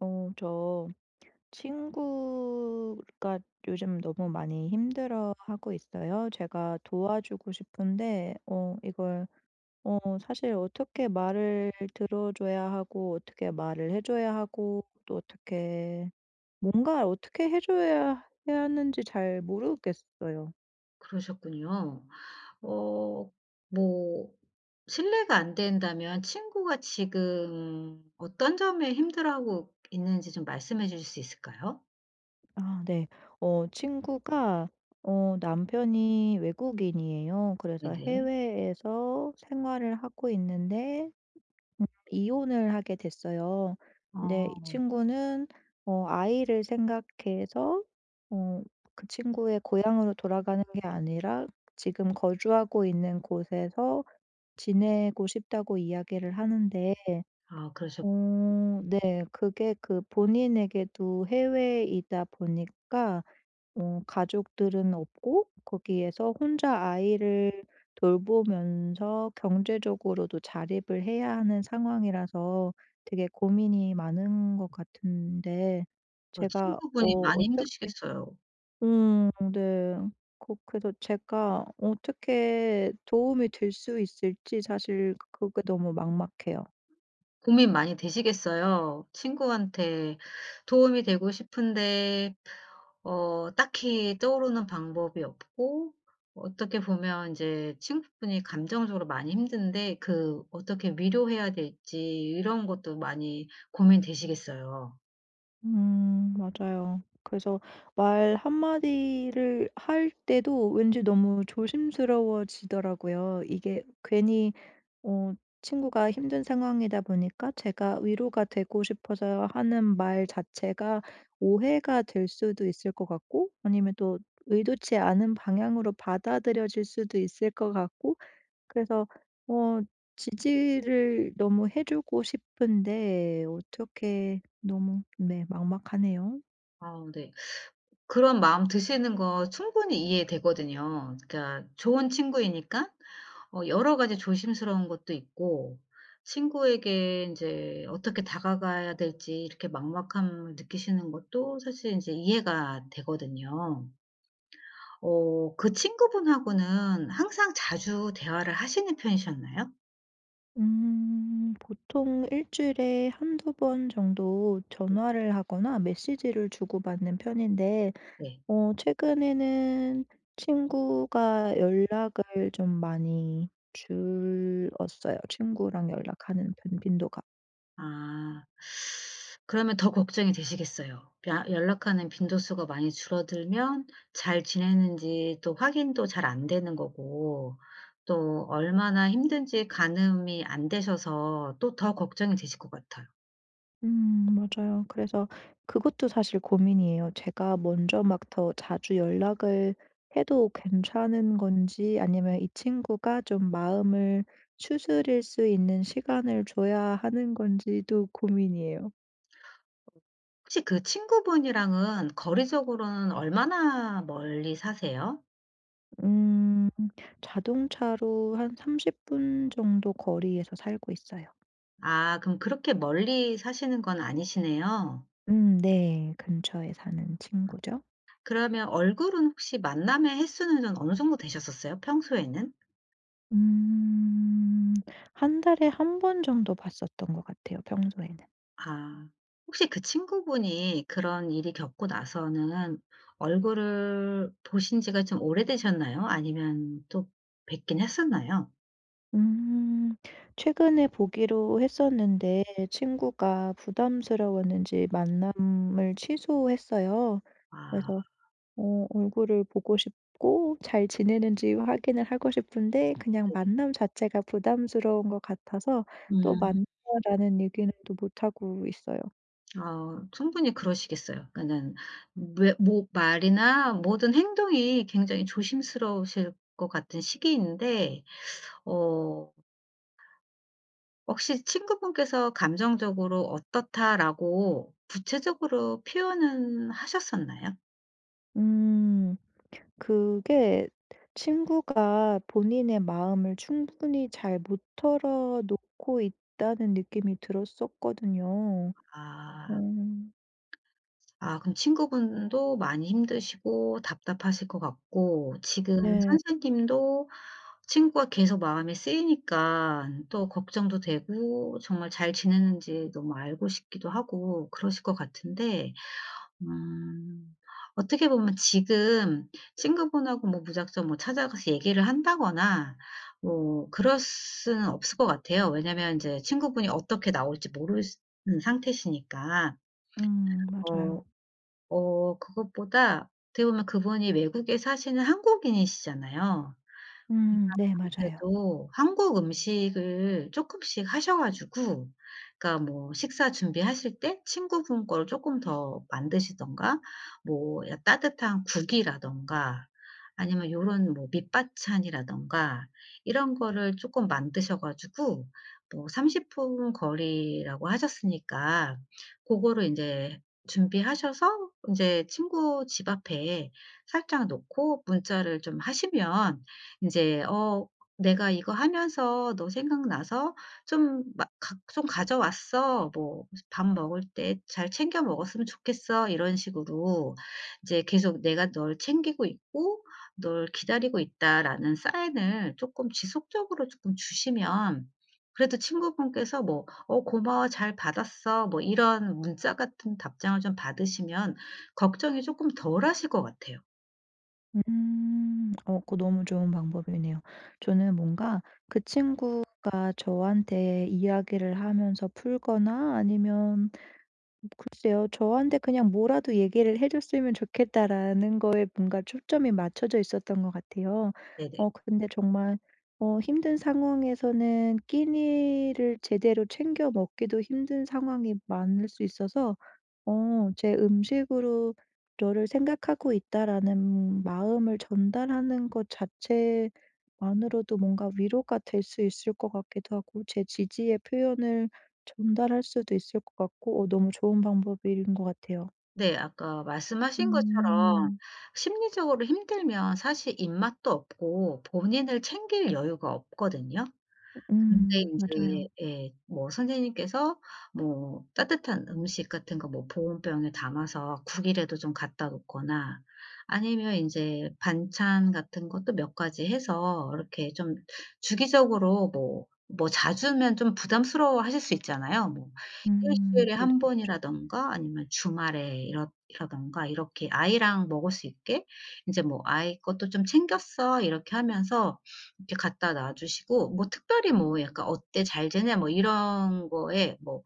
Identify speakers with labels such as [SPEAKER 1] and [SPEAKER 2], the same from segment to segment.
[SPEAKER 1] 어, 저 친구가 요즘 너무 많이 힘들어하고 있어요. 제가 도와주고 싶은데, 사실 어떻게 말을 들어줘야 하고, 어떻게 말을 해줘야 하고, 뭔가 어떻게 해줘야 해야 하는지 잘 모르겠어요.
[SPEAKER 2] 그러셨군요. 어 뭐 신뢰가 안 된다면 친구가 지금 어떤 점에 힘들어하고 있는지 좀 말씀해 주실 수 있을까요?
[SPEAKER 1] 아, 네. 친구가, 남편이 외국인이에요. 그래서
[SPEAKER 2] 네네.
[SPEAKER 1] 해외에서 생활을 하고 있는데, 이혼을 하게 됐어요. 근데 이
[SPEAKER 2] 어.
[SPEAKER 1] 친구는 아이를 생각해서 어 그 친구의 고향으로 돌아가는 게 아니라 지금 거주하고 있는 곳에서 지내고 싶다고 이야기를 하는데
[SPEAKER 2] 아, 그러셨.
[SPEAKER 1] 네, 그게 그 본인에게도 해외이다 보니까 가족들은 없고 거기에서 혼자 아이를 돌보면서 경제적으로도 자립을 해야 하는 상황이라서 되게 고민이 많은 것 같은데 제가
[SPEAKER 2] 친구분이
[SPEAKER 1] 어
[SPEAKER 2] 많이
[SPEAKER 1] 어떻게
[SPEAKER 2] 힘드시겠어요.
[SPEAKER 1] 음, 네. 그래서 제가 어떻게 도움이 될 수 있을지 사실 그게 너무 막막해요.
[SPEAKER 2] 고민 많이 되시겠어요. 친구한테 도움이 되고 싶은데 딱히 떠오르는 방법이 없고, 어떻게 보면 이제 친구분이 감정적으로 많이 힘든데 어떻게 위로해야 될지 이런 것도 많이 고민되시겠어요.
[SPEAKER 1] 음, 맞아요. 그래서 말 한마디를 할 때도 왠지 너무 조심스러워지더라고요. 이게 괜히 어 친구가 힘든 상황이다 보니까 제가 위로가 되고 싶어서 하는 말 자체가 오해가 될 수도 있을 것 같고, 아니면 또 의도치 않은 방향으로 받아들여질 수도 있을 것 같고. 그래서 어 지지를 너무 해 주고 싶은데 어떻게, 너무 네 막막하네요.
[SPEAKER 2] 아, 네. 그런 마음 드시는 거 충분히 이해되거든요. 그러니까 좋은 친구이니까 여러 가지 조심스러운 것도 있고, 친구에게 이제 어떻게 다가가야 될지 이렇게 막막함을 느끼시는 것도 사실 이제 이해가 되거든요. 그 친구분하고는 항상 자주 대화를 하시는 편이셨나요?
[SPEAKER 1] 음, 보통 일 주일에 한두 번 정도 전화를 하거나 메시지를 주고받는 편인데
[SPEAKER 2] 네.
[SPEAKER 1] 최근에는 친구가 연락을 좀 많이 줄었어요. 친구랑 연락하는 빈 빈도가.
[SPEAKER 2] 아. 그러면 더 걱정이 되시겠어요. 야, 연락하는 빈도수가 많이 줄어들면 잘 지내는지 또 확인도 잘 안 되는 거고, 또 얼마나 힘든지 가늠이 안 되셔서 또 더 걱정이 되실 것 같아요.
[SPEAKER 1] 음, 맞아요. 그래서 그것도 사실 고민이에요. 제가 먼저 막 더 자주 연락을 해도 괜찮은 건지, 아니면 이 친구가 좀 마음을 추스릴 수 있는 시간을 줘야 하는 건지도 고민이에요.
[SPEAKER 2] 혹시 그 친구분이랑은 거리적으로는 얼마나 멀리 사세요?
[SPEAKER 1] 음. 자동차로 한 30분 정도 거리에서 살고 있어요.
[SPEAKER 2] 아, 그럼 그렇게 멀리 사시는 건 아니시네요.
[SPEAKER 1] 음, 네. 근처에 사는 친구죠.
[SPEAKER 2] 그러면 얼굴은, 혹시 만남의 횟수는 좀 어느 정도 되셨었어요? 평소에는?
[SPEAKER 1] 음, 한 달에 한 번 정도 봤었던 것 같아요, 평소에는.
[SPEAKER 2] 아. 혹시 그 친구분이 그런 일이 겪고 나서는 얼굴을 보신 지가 좀 오래되셨나요? 아니면 또 뵙긴 했었나요?
[SPEAKER 1] 음. 최근에 보기로 했었는데 친구가 부담스러웠는지 만남을 취소했어요.
[SPEAKER 2] 아,
[SPEAKER 1] 그래서 얼굴을 보고 싶고 잘 지내는지 확인을 하고 싶은데, 그냥
[SPEAKER 2] 네네.
[SPEAKER 1] 만남 자체가 부담스러운 것 같아서 또
[SPEAKER 2] 음.
[SPEAKER 1] 만나라는 얘기는 또 못 하고 있어요.
[SPEAKER 2] 충분히 그러시겠어요. 그러니까는, 왜 뭐 말이나 모든 행동이 굉장히 조심스러우실 것 같은 시기인데, 어 혹시 친구분께서 "감정적으로 어떻다."라고 구체적으로 표현은 하셨었나요?
[SPEAKER 1] 음. 그게 친구가 본인의 마음을 충분히 잘 못 털어 놓고 있다는 느낌이 들었었거든요.
[SPEAKER 2] 아.
[SPEAKER 1] 음.
[SPEAKER 2] 아, 그럼 친구분도 많이 힘드시고 답답하실 것 같고, 지금
[SPEAKER 1] 네.
[SPEAKER 2] 선생님도 친구가 계속 마에 쓰이니까 또 걱정도 되고 정말 잘 지내는지 너무 알고 싶기도 하고 그러실 것 같은데. 음. 어떻게 보면 지금 친구분하고 뭐 무작정 뭐 찾아가서 얘기를 한다거나 뭐 그럴 수는 없을 것 같아요. 왜냐면 인제 친구분이 어떻게 나올지 모르는 상태시니까.
[SPEAKER 1] 음,
[SPEAKER 2] 어
[SPEAKER 1] 맞아요.
[SPEAKER 2] 그것보다 어떻게 보면 그분이 외국에 사시는 한국인이시잖아요. 제가
[SPEAKER 1] 음, 네, 맞아요.
[SPEAKER 2] 아무래도 한국 음식을 쪼끔씩 하셔 가지고, 그러니까 뭐 식사 준비하실 때 친구분 거를 쪼끔 더 만드시든가, 뭐 야 따뜻한 국이라든가 아니면 요런 뭐 밑반찬이라든가 이런 거를 쪼끔 만드셔 가지고, 뭐 30분 거리라고 하셨으니까 고거를 인제 준비하셔서 인제 친구 집 앞에 살짝 놓고 문자를 좀 하시면, 인제 "어 내가 이거 하면서 너 생각나서 좀 막 가 좀 가져왔어. 뭐 밥 먹을 때 잘 챙겨 먹었으면 좋겠어." 이런 식으로 이제 계속 '내가 널 챙기고 있고 널 기다리고 있다.'라는 사인을 쪼끔 지속적으로 쪼끔 주시면, 그래도 친구분께서 뭐 "어 고마워. 잘 받았어." 뭐 이런 문자 같은 답장을 좀 받으시면 걱정이 쪼끔 덜하실 것 같아요.
[SPEAKER 1] 음. 그거 너무 좋은 방법이네요. 저는 뭔가 그 친구가 저한테 이야기를 하면서 풀거나, 아니면 글쎄요, 저한테 그냥 뭐라도 얘기를 해 줬으면 좋겠다라는 거에 뭔가 초점이 맞춰져 있었던 것 같아요.
[SPEAKER 2] 네네.
[SPEAKER 1] 근데 정말 힘든 상황에서는 끼니를 제대로 챙겨 먹기도 힘든 상황이 많을 수 있어서 제 음식으로 '너를 생각하고 있다.'라는 마음을 전달하는 것 자체만으로도 뭔가 위로가 될 수 있을 것 같기도 하고, 제 지지의 표현을 전달할 수도 있을 것 같고. 너무 좋은 방법인 것 같아요.
[SPEAKER 2] 네. 아까 말씀하신 것처럼
[SPEAKER 1] 음.
[SPEAKER 2] 심리적으로 힘들면 사실 입맛도 없고 본인을 챙길 여유가 없거든요. 근데
[SPEAKER 1] 음,
[SPEAKER 2] 인제,
[SPEAKER 1] 맞아요.
[SPEAKER 2] 예, 뭐 선생님께서 뭐 따뜻한 음식 같은 거 뭐 보온병에 담아서 국이라도 좀 갖다 놓거나, 아니면 인제 반찬 같은 것도 몇 가지 해서 이렇게 좀 주기적으로 뭐 뭐 자주면 좀 부담스러워하실 수 있잖아요. 뭐 일
[SPEAKER 1] 음,
[SPEAKER 2] 주일에
[SPEAKER 1] 그럴
[SPEAKER 2] 한
[SPEAKER 1] 수 있죠.
[SPEAKER 2] 번이라든가 아니면 주말에 이렇 이라든가 이렇게 아이랑 먹을 수 있게 인제 뭐 "아이 것도 좀 챙겼어." 이렇게 하면서 이렇게 갖다 놔주시고, 뭐 특별히 뭐 약간 "어때? 잘 지내?" 뭐 이런 거에 뭐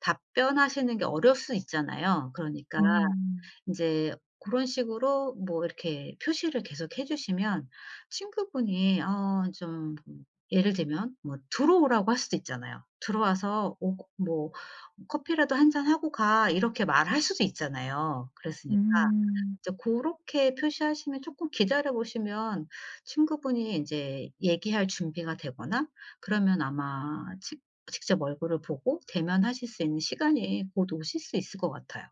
[SPEAKER 2] 답변하시는 게 어려울 수 있잖아요. 그러니까
[SPEAKER 1] 음.
[SPEAKER 2] 인제 고런 식으로 뭐 이렇게 표시를 계속 해 주시면, 친구분이 좀, 예를 들면 뭐 들어오라고 할 수도 있잖아요. "들어와서 오 뭐 커피라도 한 잔 하고 가." 이렇게 말할 수도 있잖아요. 그랬으니까
[SPEAKER 1] 음.
[SPEAKER 2] 이제 렇게 표시하시면 조금 기다려 보시면 친구분이 인제 얘기할 준비가 되거나, 그러면 아마 직 직접 얼굴을 보고 대면하실 수 있는 시간이 곧 오실 수 있을 것 같아요.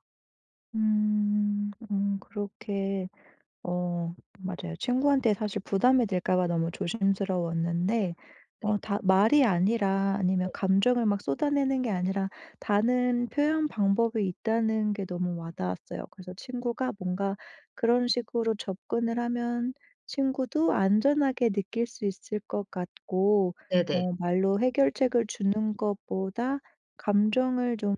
[SPEAKER 1] 음. 음, 그렇게, 어 맞아요. 친구한테 사실 부담이 될까 봐 너무 조심스러웠는데
[SPEAKER 2] 네.
[SPEAKER 1] 다 말이 아니라, 아니면 감정을 막 쏟아내는 게 아니라 다른 표현 방법이 있다는 게 너무 와 닿았어요. 그래서 친구가 뭔가 그런 식으로 접근을 하면 친구도 안전하게 느낄 수 있을 것 같고,
[SPEAKER 2] 네네.
[SPEAKER 1] 말로 해결책을 주는 것보다 감정을 좀,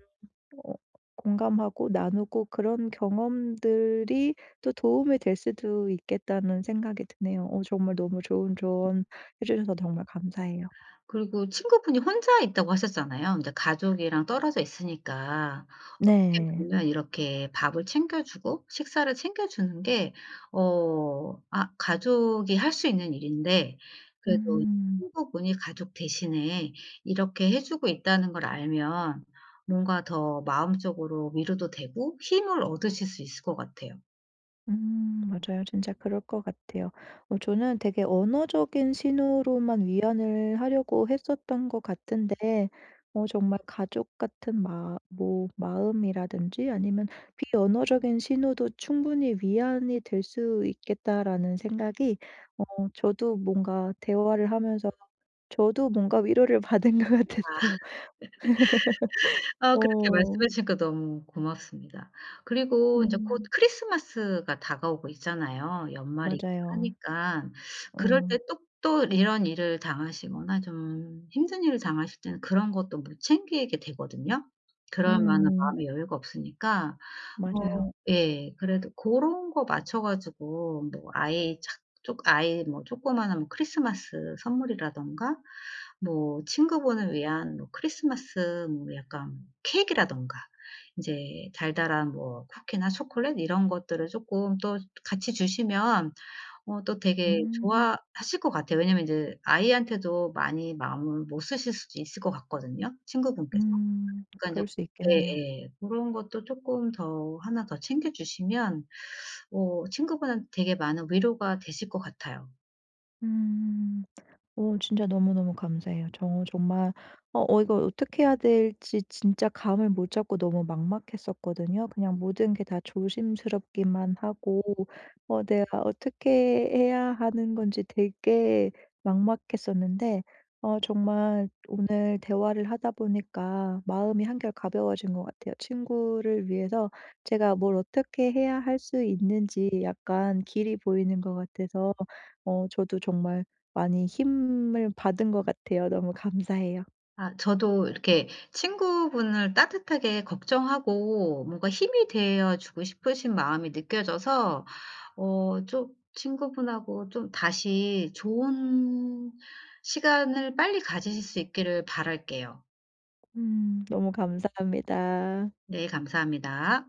[SPEAKER 1] 어 공감하고 나누고 그런 경험들이 또 도움이 될 수도 있겠다는 생각이 드네요. 정말 너무 좋은 조언 해 주셔서 정말 감사해요.
[SPEAKER 2] 그리고 친구분이 혼자 있다고 하셨잖아요. 이제 가족이랑 떨어져 있으니까 어떻게
[SPEAKER 1] 네.
[SPEAKER 2] 보면 이렇게 밥을 챙겨주고 식사를 챙겨주는 게 가족이 할 수 있는 일인데, 그래도
[SPEAKER 1] 음.
[SPEAKER 2] 친구분이 가족 대신에 이렇게 해 주고 있다는 걸 알면 뭔가 더 마음적으로 위로도 되고 힘을 얻으실 수 있을 것 같아요.
[SPEAKER 1] 음, 맞아요. 진짜 그럴 것 같아요. 저는 되게 언어적인 신호로만 위안을 하려고 했었던 것 같은데 정말 가족 같은 마 뭐 마음이라든지 아니면 비언어적인 신호도 충분히 위안이 될 수 있겠다라는 생각이. 어 저도 뭔가 대화를 하면서 저도 뭔가 위로를 받은 것
[SPEAKER 2] 아,
[SPEAKER 1] 같았어요.
[SPEAKER 2] 아, 그렇게
[SPEAKER 1] 어.
[SPEAKER 2] 말씀해 주시니까 너무 고맙습니다. 그리고 인제 곧
[SPEAKER 1] 음,
[SPEAKER 2] 크리스마스가 다가오고 있잖아요. 연말이기도
[SPEAKER 1] 맞아요.
[SPEAKER 2] 하니깐. 그럴
[SPEAKER 1] 음.
[SPEAKER 2] 때 또 또 이런 일을 당하시거나 좀 힘든 일을 당하실 때는 그런 것도 못 챙기게 되거든요. 그럴 만한
[SPEAKER 1] 음,
[SPEAKER 2] 마음의 여유가 없으니까. 뭐,
[SPEAKER 1] 맞아요.
[SPEAKER 2] 예. 그래도 고런 거 맞춰 가지고 뭐 아이 차 조 아이 뭐 조그마한 뭐 크리스마스 선물이라든가, 뭐 친구분을 위한 뭐 크리스마스 뭐 약간 케이크라든가 인제 달달한 뭐 쿠키나 초콜릿 이런 것들을 쪼끔 또 같이 주시면 또 되게
[SPEAKER 1] 음.
[SPEAKER 2] 좋아하실 것 같아요. 왜냐면 인제 아이한테도 많이 마음을 못 쓰실 수도 있을 것 같거든요, 친구분께서.
[SPEAKER 1] 음,
[SPEAKER 2] 그러니까
[SPEAKER 1] 그럴
[SPEAKER 2] 인제,
[SPEAKER 1] 수 있겠네요.
[SPEAKER 2] 예예. 고런 것도 쪼끔 더나더 챙겨 주시면 친구분한테 되게 많은 위로가 되실 것 같아요.
[SPEAKER 1] 음. 오, 진짜 너무너무 감사해요. 저 정말 이걸 어떻게 해야 될지 진짜 감을 못 잡고 너무 막막했었거든요. 그냥 모든 게 다 조심스럽기만 하고 내가 어떻게 해야 하는 건지 되게 막막했었는데, 정말 오늘 대화를 하다 보니까 마음이 한결 가벼워진 것 같아요. 친구를 위해서 제가 뭘 어떻게 해야 할 수 있는지 약간 길이 보이는 것 같아서 저도 정말 많이 힘을 받은 것 같아요. 너무 감사해요.
[SPEAKER 2] 아, 저도 이렇게 친구분을 따뜻하게 걱정하고 뭔가 힘이 되어 주고 싶으신 마음이 느껴져서, 좀 친구분하고 좀 다시 좋은 시간을 빨리 가지실 수 있기를 바랄게요.
[SPEAKER 1] 음, 너무 감사합니다.
[SPEAKER 2] 네, 감사합니다.